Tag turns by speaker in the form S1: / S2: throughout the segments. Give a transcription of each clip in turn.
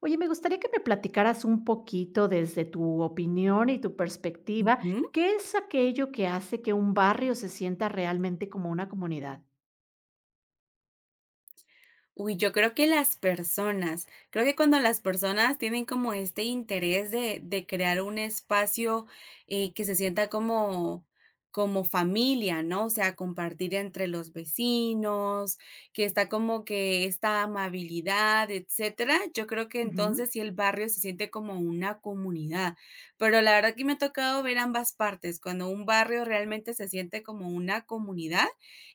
S1: Oye, me gustaría que me platicaras un poquito desde tu opinión y tu perspectiva,
S2: Ujú.
S1: ¿qué es aquello que hace que un barrio se sienta realmente como una comunidad?
S2: Uy, yo creo que las personas, creo que cuando las personas tienen como este interés de crear un espacio que se sienta como, como familia, ¿no? O sea, compartir entre los vecinos, que está como que esta amabilidad, etcétera. Yo creo que
S1: Ujú.
S2: entonces sí el barrio se siente como una comunidad. Pero la verdad que me ha tocado ver ambas partes, cuando un barrio realmente se siente como una comunidad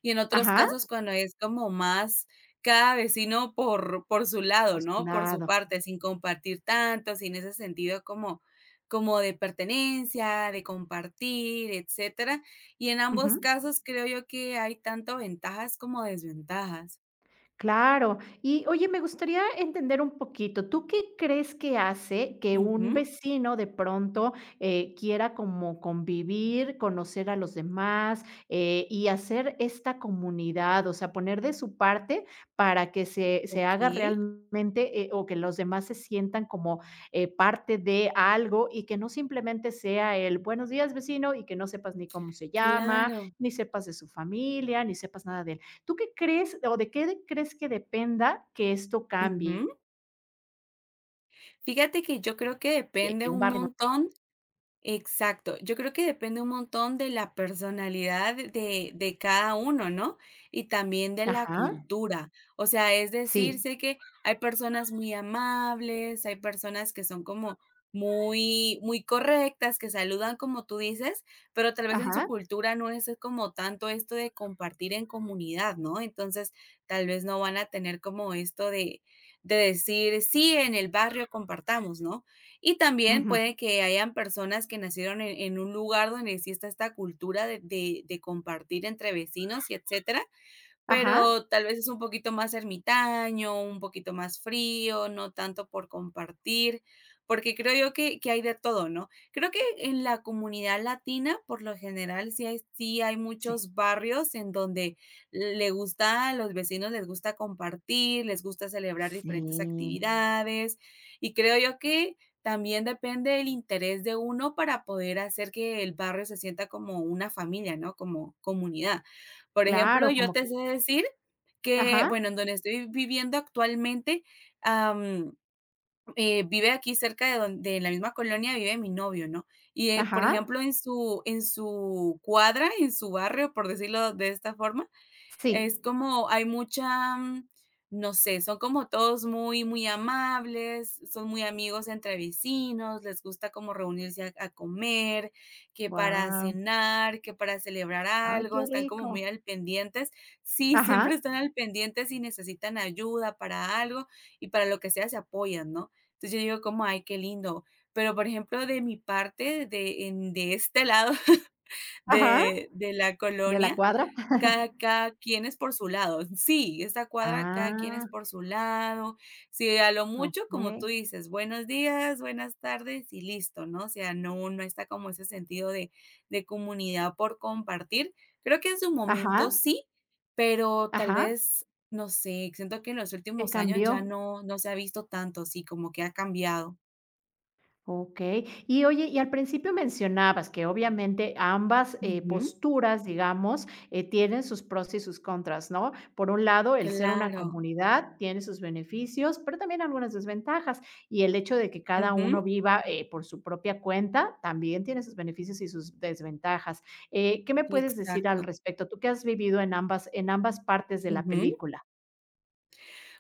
S2: y en otros
S1: Ajá,
S2: casos cuando es como más cada vecino por su lado,
S1: por su
S2: ¿no? Por su
S1: lado.
S2: parte, sin compartir tanto, sin ese sentido como como de pertenencia, de compartir, etcétera. Y en ambos casos creo yo que hay tanto ventajas como desventajas.
S1: Claro. Y oye, me gustaría entender un poquito, ¿tú qué crees que hace que un
S2: Ujú,
S1: vecino de pronto, quiera como convivir, conocer a los demás, y hacer esta comunidad? O sea, poner de su parte para que se haga
S2: okey,
S1: realmente, o que los demás se sientan como, parte de algo y que no simplemente sea el buenos días vecino y que no sepas ni cómo se llama,
S2: claro.
S1: ni sepas de su familia, ni sepas nada de. ¿Tú qué crees o de crees que dependa que esto cambie?
S2: Ujú. Fíjate que yo creo que depende
S1: Que un
S2: un
S1: barrio.
S2: montón. Exacto, yo creo que depende un montón de la personalidad de cada uno, ¿no? Y también de la
S1: Ajá,
S2: cultura. O sea, es decir,
S1: sí,
S2: sé que hay personas muy amables, hay personas que son como muy, muy correctas, que saludan como tú dices, pero tal vez en su
S1: ajá,
S2: cultura no es como tanto esto de compartir en comunidad, ¿no? Entonces, tal vez no van a tener como esto de decir, sí, en el barrio compartamos, ¿no? Y también
S1: ujú,
S2: puede que hayan personas que nacieron en un lugar donde exista esta cultura de compartir entre vecinos y etcétera,
S1: ajá,
S2: pero tal vez es un poquito más ermitaño, un poquito más frío, no tanto por compartir, porque creo yo que hay de todo, ¿no? Creo que en la comunidad latina, por lo general, sí hay
S1: sí,
S2: muchos barrios en donde le gusta, a los vecinos les gusta compartir, les gusta celebrar diferentes
S1: sí,
S2: actividades, y creo yo que también depende el interés de uno para poder hacer que el barrio se sienta como una familia, ¿no? Como comunidad. Por ejemplo,
S1: claro,
S2: yo
S1: como que
S2: te sé decir que,
S1: ajá,
S2: bueno, en donde estoy viviendo actualmente, am, vive aquí cerca de don de la misma colonia vive mi novio, ¿no? Y, por
S1: ajá,
S2: ejemplo, en su cuadra, en su barrio, por decirlo de esta forma,
S1: sí.
S2: es como hay mucha, no sé, son como todos muy, muy amables, son muy amigos entre vecinos, les gusta como reunirse a comer, que para
S1: Wow,
S2: cenar, que para celebrar
S1: ay, qué
S2: algo, están como muy
S1: rico,
S2: al pendientes. Sí,
S1: ajá,
S2: siempre están al pendientes y necesitan ayuda para algo y para lo que sea se apoyan, ¿no? Entonces yo digo como, ay, qué lindo. Pero por ejemplo, de mi parte, de este lado
S1: ajá,
S2: de la
S1: de la
S2: colonia,
S1: cuadra.
S2: cada quien es por su lado. Sí, esta cuadra, cada quien
S1: Ah,
S2: es por su lado. Si a lo mucho, como tú
S1: okey,
S2: dices, buenos días, buenas tardes y listo, ¿no? O sea, no está como ese sentido de comunidad por compartir. Creo que en su momento
S1: ajá,
S2: sí, pero tal
S1: ajá,
S2: vez, no sé, siento que en los
S1: ¿qué
S2: últimos años ya
S1: cambió?
S2: no se ha visto tanto, sí, como que ha cambiado.
S1: Okey. Y oye, y al principio mencionabas que obviamente ambas,
S2: Ujú.
S1: posturas, digamos, tienen sus pros y sus contras, ¿no? Por un lado, el ser una
S2: Claro.
S1: comunidad tiene sus beneficios, pero también algunas desventajas, y el hecho de que cada
S2: Ujú.
S1: uno viva, por su propia cuenta, también tiene sus beneficios y sus desventajas. ¿Qué me puedes decir al
S2: Exacto.
S1: respecto? Tú que has vivido en ambas partes de la
S2: Ujú.
S1: película.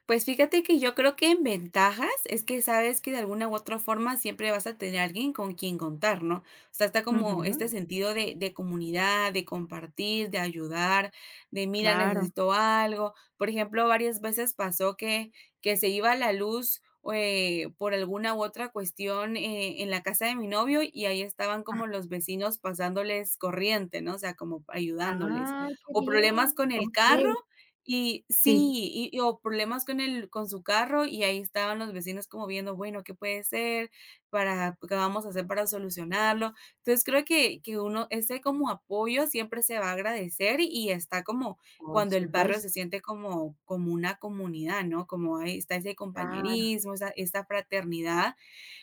S2: Pues fíjate que yo creo que en ventajas es que sabes que de alguna u otra forma siempre vas a tener a alguien con quien contar, ¿no? O sea, está como este
S1: Ujú,
S2: sentido de comunidad, de compartir, de ayudar, de mira,
S1: claro.
S2: necesito algo. Por ejemplo, varias veces pasó que se iba la luz por alguna u otra cuestión en la casa de mi novio y ahí estaban como los vecinos pasándoles corriente, ¿no? O sea, como ayudándoles.
S1: ¡Ah, qué
S2: O
S1: bien!
S2: problemas con el carro
S1: Okey.
S2: y
S1: Sí,
S2: sí, y o problemas con el con su carro, y ahí estaban los vecinos como viendo, bueno, ¿qué puede ser? Para ¿qué vamos a hacer para solucionarlo? Entonces, creo que uno ese como apoyo siempre se va a agradecer, y está como
S1: por
S2: cuando el barrio
S1: supuesto.
S2: se siente como como una comunidad, ¿no? Como ahí está ese
S1: Claro.
S2: compañerismo, esa fraternidad,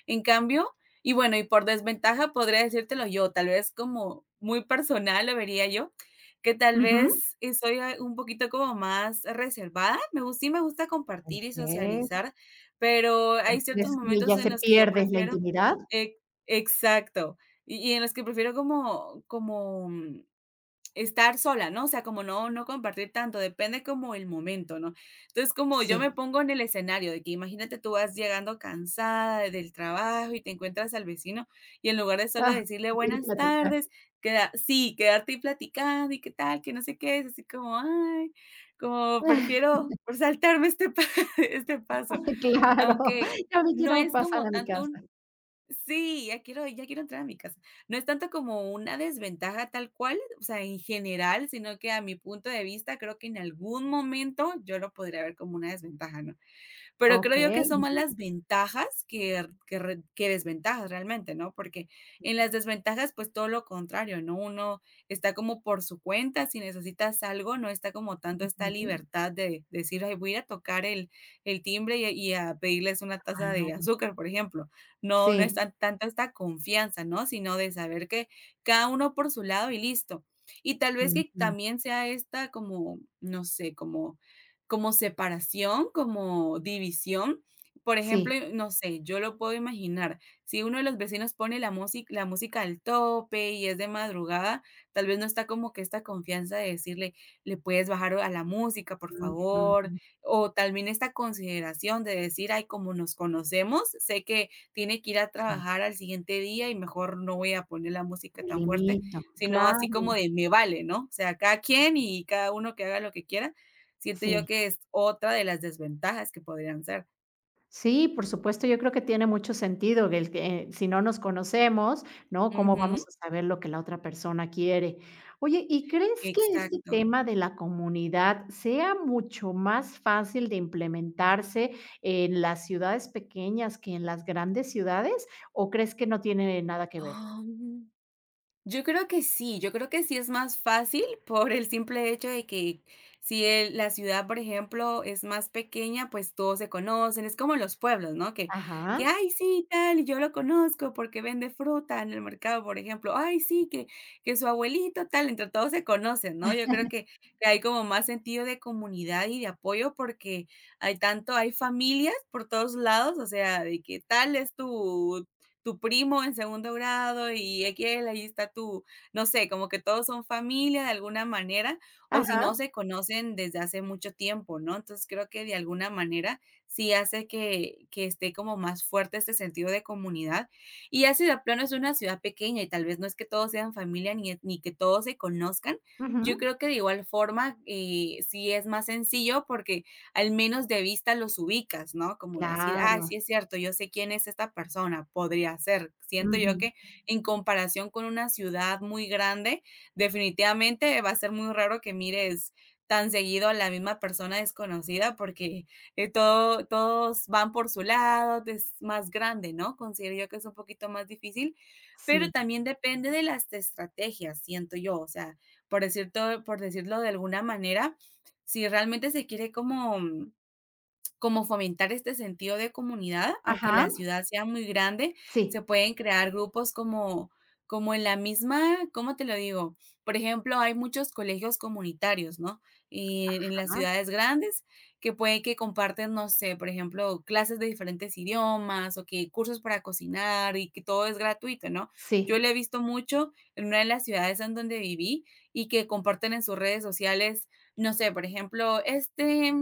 S2: en cambio, y bueno, y por desventaja podría decírtelo yo, tal vez como muy personal lo vería yo, que tal
S1: Ujú.
S2: vez, soy, un poquito como más reservada, me gus sí me gusta compartir y
S1: Okey.
S2: socializar, pero
S1: ¿Pero
S2: hay ciertos
S1: crees que ya
S2: momentos en
S1: se
S2: los que yo
S1: pierde la
S2: prefiero
S1: intimidad?
S2: e exacto, y en los que prefiero como como estar sola, ¿no? O sea, como no compartir tanto, depende como el momento, ¿no? Entonces, como yo me
S1: Sí.
S2: pongo en el escenario de que imagínate, tú vas llegando cansada del trabajo y te encuentras al vecino, y en lugar de solo
S1: Ah,
S2: decirle
S1: se quiere
S2: buenas
S1: platicar.
S2: tardes, queda sí, quedarte y platicando y qué tal, que no sé qué, es así como, ay, como prefiero pues, saltarme este pa este paso,
S1: Claro,
S2: aunque
S1: ya me
S2: no
S1: quiero
S2: es
S1: pasar
S2: como
S1: a mi
S2: tanto
S1: casa.
S2: un sí, ya quiero entrar a mi casa. No es tanto como una desventaja tal cual, o sea, en general, sino que a mi punto de vista, creo que en algún momento yo lo podría ver como una desventaja, ¿no? Pero creo yo
S1: Okey.
S2: que son más las ventajas que desventajas realmente, ¿no? Porque en las desventajas, pues, todo lo contrario, ¿no? Uno está como por su cuenta, si necesitas algo, no está como tanto esta
S1: Ujú.
S2: libertad de decir: "Ay, voy a ir a tocar el timbre y a pedirles una taza de
S1: Ah,
S2: azúcar", por ejemplo. No, no
S1: sí.
S2: está tanto esta confianza, ¿no? Sino de saber que cada uno por su lado y listo. Y tal vez que
S1: Ujú.
S2: también sea esta como, no sé, como como separación, como división. Por
S1: Sí.
S2: ejemplo, no sé, yo lo puedo imaginar. Si uno de los vecinos pone la música al tope y es de madrugada, tal vez no está como que esta confianza de decirle, le puedes bajar a la música, por favor,
S1: Ujú.
S2: o también esta consideración de decir, ay, como nos conocemos, sé que tiene que ir a
S1: Sí.
S2: trabajar al siguiente día y mejor no voy a poner la música
S1: Me
S2: tan fuerte,
S1: limito.
S2: sino así como
S1: Claro.
S2: de me vale, ¿no? O sea, cada quien y cada uno que haga lo que quiera. Siento yo
S1: Sí.
S2: que es otra de las desventajas que podrían ser.
S1: Sí, por supuesto, yo creo que tiene mucho sentido el que si no nos conocemos, ¿no? ¿Cómo vamos
S2: Ujú.
S1: a saber lo que la otra persona quiere? Oye, ¿y crees que este
S2: Exacto.
S1: tema de la comunidad sea mucho más fácil de implementarse en las ciudades pequeñas que en las grandes ciudades? ¿O crees que no tiene nada que ver?
S2: Ah. Yo creo que sí, yo creo que sí es más fácil por el simple hecho de que si la ciudad, por ejemplo, es más pequeña, pues todos se conocen, es como los pueblos, ¿no?
S1: Ajá,
S2: Que, ay, sí, tal, yo lo conozco porque vende fruta en el mercado, por ejemplo, ay, sí, que su abuelito, tal, entre todos se conocen, ¿no? Yo creo que hay como más sentido de comunidad y de apoyo porque hay tanto, hay familias por todos lados, o sea, de que tal es tu, tu primo en segundo grado y aquel, ahí está tu, no sé, como que todos son familia de alguna manera, o si
S1: ajá,
S2: no se conocen desde hace mucho tiempo, ¿no? Entonces creo que de alguna manera sí hace que esté como más fuerte este sentido de comunidad. Y ya si de plano es una ciudad pequeña y tal vez no es que todos sean familia ni que todos se conozcan, yo
S1: ujú,
S2: creo que de igual forma sí es más sencillo porque al menos de vista los ubicas, ¿no? Como decir, ah,
S1: claro,
S2: sí es cierto, yo sé quién es esta persona, podría ser. Siento
S1: ujú,
S2: yo que en comparación con una ciudad muy grande, definitivamente va a ser muy raro que mires tan seguido a la misma persona desconocida porque todos van por su lado, es más grande, ¿no? Considero yo que es un poquito más difícil,
S1: sí,
S2: pero también depende de las estrategias, siento yo, o sea, por decirlo de alguna manera, si realmente se quiere como como fomentar este sentido de comunidad, aunque
S1: ajá,
S2: la ciudad sea muy grande,
S1: sí,
S2: se pueden crear grupos como como en la misma, ¿cómo te lo digo? Por ejemplo, hay muchos colegios comunitarios, ¿no? Y en las
S1: ajá,
S2: ciudades grandes que puede que comparten, no sé, por ejemplo, clases de diferentes idiomas o que cursos para cocinar y que todo es gratuito, ¿no?
S1: sí.
S2: Yo lo he visto mucho en una de las ciudades en donde viví y que comparten en sus redes sociales, no sé, por ejemplo,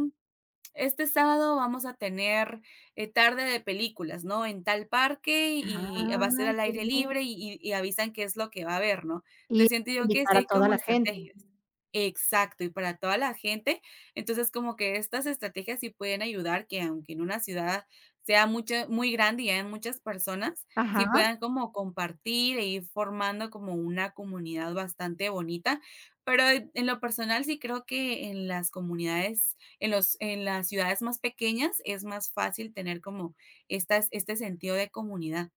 S2: este sábado vamos a tener, tarde de películas, ¿no? En tal parque y va a
S1: Ah,
S2: ser al
S1: qué
S2: aire
S1: bien.
S2: libre y y avisan qué es lo que va a haber, ¿no?
S1: Y
S2: Te siento yo que
S1: invitar
S2: sí
S1: a
S2: hay
S1: toda
S2: como
S1: la gente.
S2: estrategias. Exacto, y para toda la gente. Entonces, como que estas estrategias sí pueden ayudar que, aunque en una ciudad sea mucha muy grande y hayan muchas personas, sí
S1: Ajá,
S2: puedan como compartir e ir formando como una comunidad bastante bonita. Pero en lo personal, sí creo que en las comunidades en las ciudades más pequeñas es más fácil tener como este sentido de comunidad.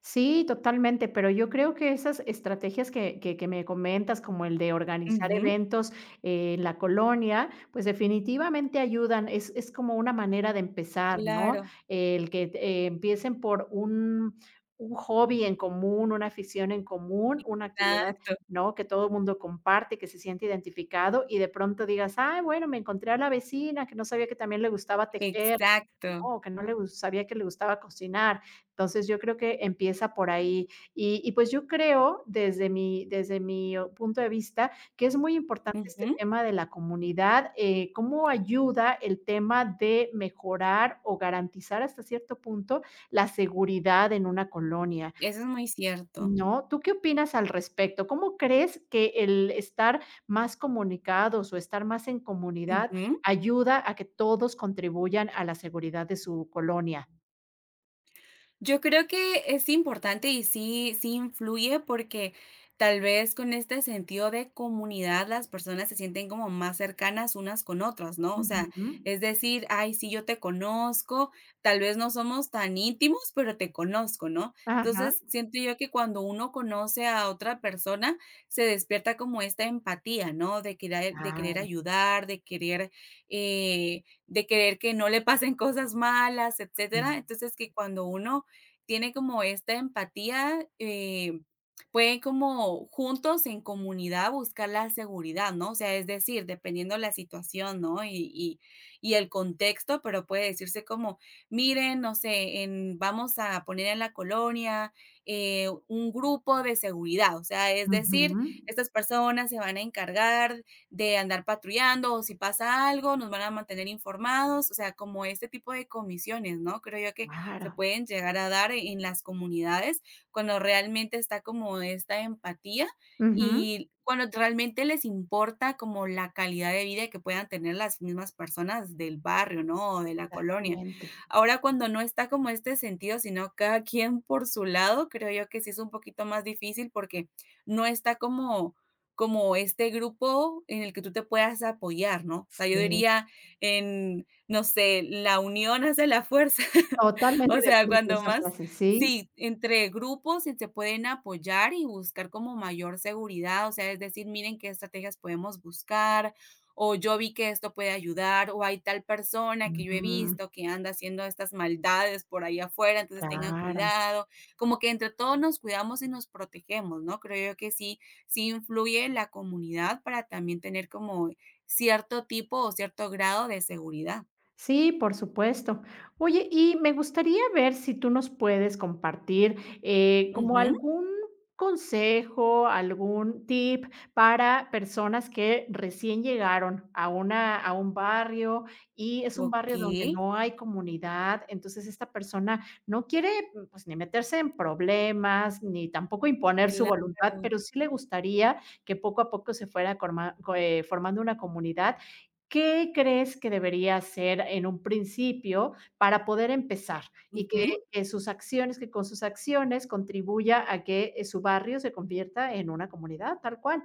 S1: sí, totalmente, pero yo creo que esas estrategias que me comentas, como el de organizar
S2: Ujú,
S1: eventos en la colonia, pues definitivamente ayudan, es como una manera de empezar, ¿no?
S2: claro,
S1: El que, empiecen por un hobby en común, una afición en común, una actividad,
S2: exacto,
S1: ¿no?, que todo el mundo comparte, que se siente identificado, y de pronto digas: "Ay, bueno, me encontré a la vecina que no sabía que también le gustaba tejer".
S2: exacto.
S1: No, que no le gus sabía que le gustaba cocinar. Entonces, yo creo que empieza por ahí. Y pues yo creo, desde mi punto de vista, que es muy importante este
S2: Ujú,
S1: tema de la comunidad, cómo ayuda el tema de mejorar o garantizar hasta cierto punto la seguridad en una colonia.
S2: eso es muy cierto.
S1: No, ¿tú qué opinas al respecto? ¿Cómo crees que el estar más comunicados o estar más en comunidad
S2: Ujú.
S1: ayuda a que todos contribuyan a la seguridad de su colonia?
S2: Yo creo que es importante y sí, sí influye porque tal vez con este sentido de comunidad las personas se sienten como más cercanas unas con otras, ¿no? O sea,
S1: Ujú.
S2: es decir, ay, sí, yo te conozco, tal vez no somos tan íntimos, pero te conozco, ¿no?
S1: Ajá.
S2: Entonces, siento yo que cuando uno conoce a otra persona, se despierta como esta empatía, ¿no? De querer
S1: Claro,
S2: ayudar, de querer que no le pasen cosas malas,
S1: sí.
S2: etcétera. Entonces, que cuando uno tiene como esta empatía, pueden como juntos en comunidad buscar la seguridad, ¿no? O sea, es decir, dependiendo la situación, ¿no? Y el contexto, pero puede decirse como: miren, no sé, vamos a poner en la colonia un grupo de seguridad, o sea, es decir,
S1: Ujú.
S2: estas personas se van a encargar de andar patrullando o si pasa algo, nos van a mantener informados, o sea, como este tipo de comisiones, ¿no? Creo yo que se
S1: Claro.
S2: pueden llegar a dar en las comunidades, cuando realmente está como esta empatía
S1: Ujú.
S2: y cuando realmente les importa como la calidad de vida que puedan tener las mismas personas del barrio, ¿no? O de la colonia.
S1: Exactamente.
S2: Ahora, cuando no está como este sentido, sino cada quien por su lado, creo yo que sí es un poquito más difícil porque no está como este grupo en el que tú te puedas apoyar, ¿no? O sea, yo
S1: Sí,
S2: diría, en, no sé, la unión hace la fuerza. O
S1: totalmente de
S2: sea,
S1: acuerdo con
S2: cuando
S1: esa
S2: más
S1: frase, sí.
S2: sí, entre grupos sí se pueden apoyar y buscar como mayor seguridad, o sea, es decir, miren qué estrategias podemos buscar, o yo vi que esto puede ayudar, o hay tal persona que yo he
S1: Ujú,
S2: visto que anda haciendo estas maldades por ahí afuera, entonces tengan
S1: claro.
S2: cuidado, como que entre todos nos cuidamos y nos protegemos, ¿no? Creo yo que sí, sí influye la comunidad para también tener como cierto tipo o cierto grado de seguridad.
S1: Sí, por supuesto. Oye, y me gustaría ver si tú nos puedes compartir, como
S2: Ujú,
S1: algún consejo, algún tip para personas que recién llegaron a una a un barrio, y es un barrio donde
S2: okey,
S1: no hay comunidad. Entonces, esta persona no quiere, mm, pues, ni meterse en problemas, ni tampoco imponer su
S2: claro.
S1: voluntad, pero sí le gustaría que poco a poco se fuera corma co formando una comunidad. ¿Qué crees que debería hacer en un principio para poder empezar? Y que
S2: Ujú.
S1: que sus acciones que con sus acciones contribuya a que, su barrio se convierta en una comunidad, tal cual.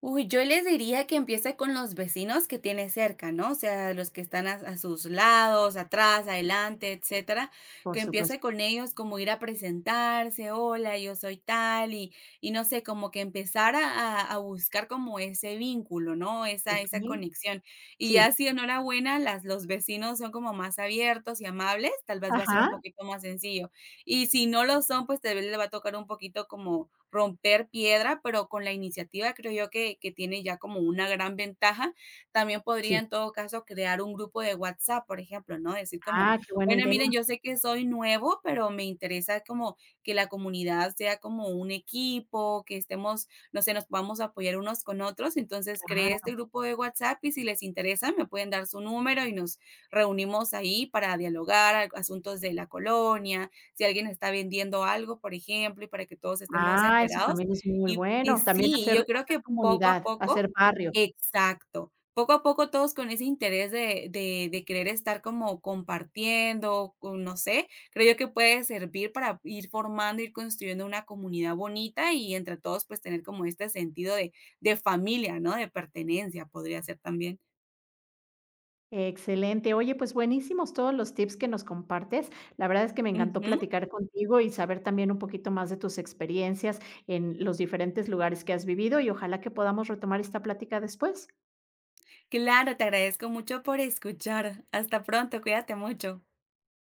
S2: Uy, yo les diría que empiece con los vecinos que tiene cerca, ¿no? O sea, los que están a sus lados, atrás, adelante, etcétera.
S1: Por
S2: Que empiece
S1: supuesto.
S2: con ellos, como ir a presentarse: hola, yo soy tal, y no sé, como que empezar a, a buscar como ese vínculo, ¿no? Esa
S1: Okey.
S2: conexión. Y
S1: Sí.
S2: ya si enhorabuena, los vecinos son como más abiertos y amables, tal vez va a ser un
S1: Ajá.
S2: poquito más sencillo. Y si no lo son, pues tal vez le va a tocar un poquito como romper piedra, pero con la iniciativa creo yo que tiene ya como una gran ventaja. También podría
S1: Sí.
S2: en todo caso crear un grupo de WhatsApp, por ejemplo, ¿no? Decir como:
S1: Ah, qué buena
S2: bueno,
S1: idea,
S2: miren, yo sé que soy nuevo, pero me interesa como que la comunidad sea como un equipo, que estemos, no sé, nos podamos apoyar unos con otros. Entonces creé este
S1: claro.
S2: grupo de WhatsApp y si les interesa me pueden dar su número y nos reunimos ahí para dialogar asuntos de la colonia, si alguien está vendiendo algo, por ejemplo, y para que todos estemos
S1: Ah, eso
S2: enterados.
S1: también es muy
S2: Y,
S1: bueno. También
S2: sí,
S1: hacer
S2: yo creo
S1: hacer
S2: que poco a
S1: comunidad,
S2: poco
S1: hacer barrio.
S2: exacto. Poco a poco todos con ese interés de querer estar como compartiendo, con no sé, creo yo que puede servir para ir formando, ir construyendo una comunidad bonita y entre todos, pues, tener como este sentido de familia, ¿no? De pertenencia, podría ser también.
S1: Excelente. Oye, pues buenísimos todos los tips que nos compartes. La verdad es que me encantó
S2: Ujú.
S1: platicar contigo y saber también un poquito más de tus experiencias en los diferentes lugares que has vivido y ojalá que podamos retomar esta plática después.
S2: Claro, te agradezco mucho por escuchar. Hasta pronto, cuídate mucho.